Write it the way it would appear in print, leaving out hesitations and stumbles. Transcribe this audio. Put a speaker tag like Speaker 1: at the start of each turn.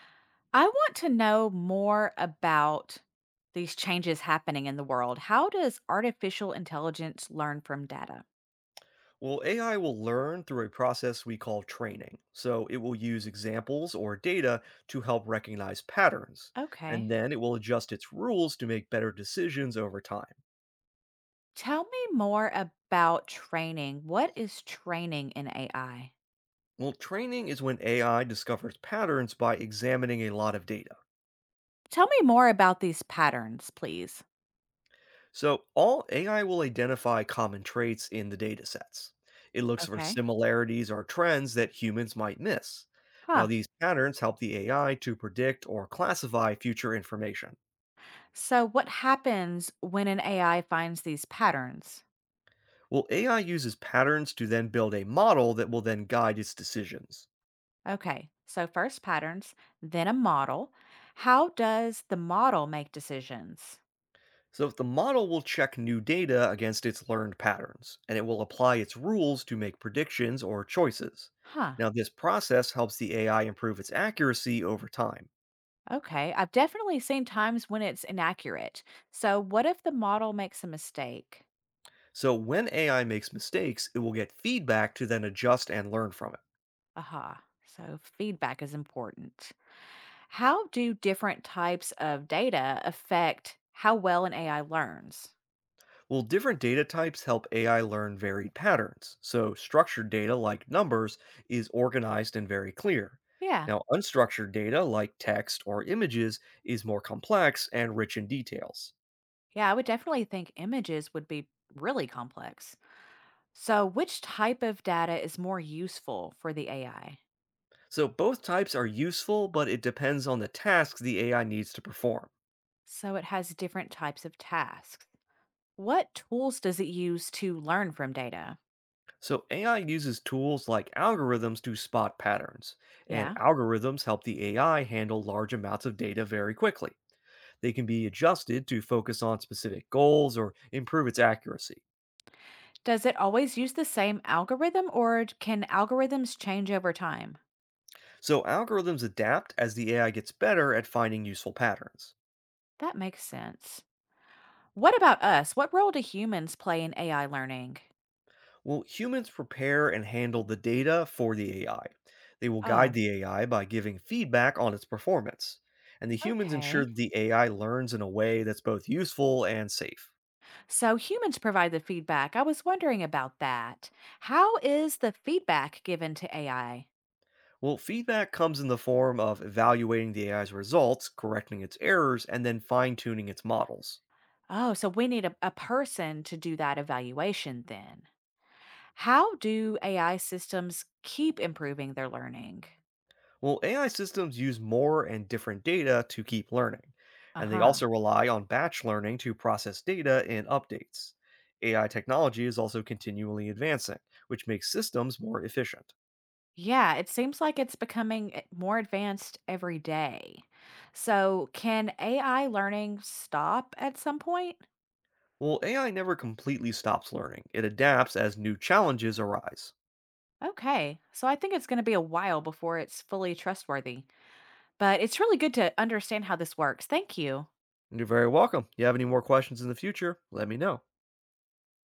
Speaker 1: I want to know more about these changes happening in the world. How does artificial intelligence learn from data?
Speaker 2: Well, AI will learn through a process we call training. So it will use examples or data to help recognize patterns, and
Speaker 1: Okay.
Speaker 2: then it will adjust its rules to make better decisions over time.
Speaker 1: Tell me more about training. What is training in AI?
Speaker 2: Well, training is when AI discovers patterns by examining a lot of data.
Speaker 1: Tell me more about these patterns, please.
Speaker 2: So all AI will identify common traits in the data sets. It looks for
Speaker 1: Okay.
Speaker 2: similarities or trends that humans might miss. Now,
Speaker 1: Huh.
Speaker 2: these patterns help the AI to predict or classify future information.
Speaker 1: So, what happens when an AI finds these patterns?
Speaker 2: Well, AI uses patterns to then build a model that will then guide its decisions.
Speaker 1: Okay. So, first patterns, then a model. How does the model make decisions?
Speaker 2: So the model will check new data against its learned patterns, and it will apply its rules to make predictions or choices.
Speaker 1: Huh.
Speaker 2: Now, this process helps the AI improve its accuracy over time.
Speaker 1: Okay, I've definitely seen times when it's inaccurate. So, what if the model makes a mistake?
Speaker 2: So when AI makes mistakes, it will get feedback to then adjust and learn from it.
Speaker 1: Aha. So, feedback is important. How do different types of data affect how well an AI learns?
Speaker 2: Well, different data types help AI learn varied patterns. So, structured data like numbers is organized and very clear.
Speaker 1: Yeah.
Speaker 2: Now, unstructured data like text or images is more complex and rich in details.
Speaker 1: Yeah, I would definitely think images would be really complex. So, which type of data is more useful for the AI?
Speaker 2: So, both types are useful, but it depends on the tasks the AI needs to perform.
Speaker 1: So, it has different types of tasks. What tools does it use to learn from data?
Speaker 2: So, AI uses tools like algorithms to spot patterns, and
Speaker 1: Yeah.
Speaker 2: algorithms help the AI handle large amounts of data very quickly. They can be adjusted to focus on specific goals or improve its accuracy.
Speaker 1: Does it always use the same algorithm or can algorithms change over time?
Speaker 2: So algorithms adapt as the AI gets better at finding useful patterns.
Speaker 1: That makes sense. What about us? What role do humans play in AI learning?
Speaker 2: Well, humans prepare and handle the data for the AI. They will guide
Speaker 1: Oh,
Speaker 2: the AI by giving feedback on its performance. And the humans ensure
Speaker 1: okay.
Speaker 2: that the AI learns in a way that's both useful and safe.
Speaker 1: So humans provide the feedback. I was wondering about that. How is the feedback given to AI?
Speaker 2: Well, feedback comes in the form of evaluating the AI's results, correcting its errors, and then fine tuning its models.
Speaker 1: Oh, so we need a person to do that evaluation then. How do AI systems keep improving their learning?
Speaker 2: Well, AI systems use more and different data to keep learning,
Speaker 1: Uh
Speaker 2: and they
Speaker 1: huh.
Speaker 2: also rely on batch learning to process data and updates. AI technology is also continually advancing, which makes systems more efficient.
Speaker 1: Yeah, it seems like it's becoming more advanced every day. So, can AI learning stop at some point?
Speaker 2: Well, AI never completely stops learning, it adapts as new challenges arise.
Speaker 1: Okay, so I think it's going to be a while before it's fully trustworthy, but it's really good to understand how this works. Thank you.
Speaker 2: And you're very welcome. You have any more questions in the future, let me know.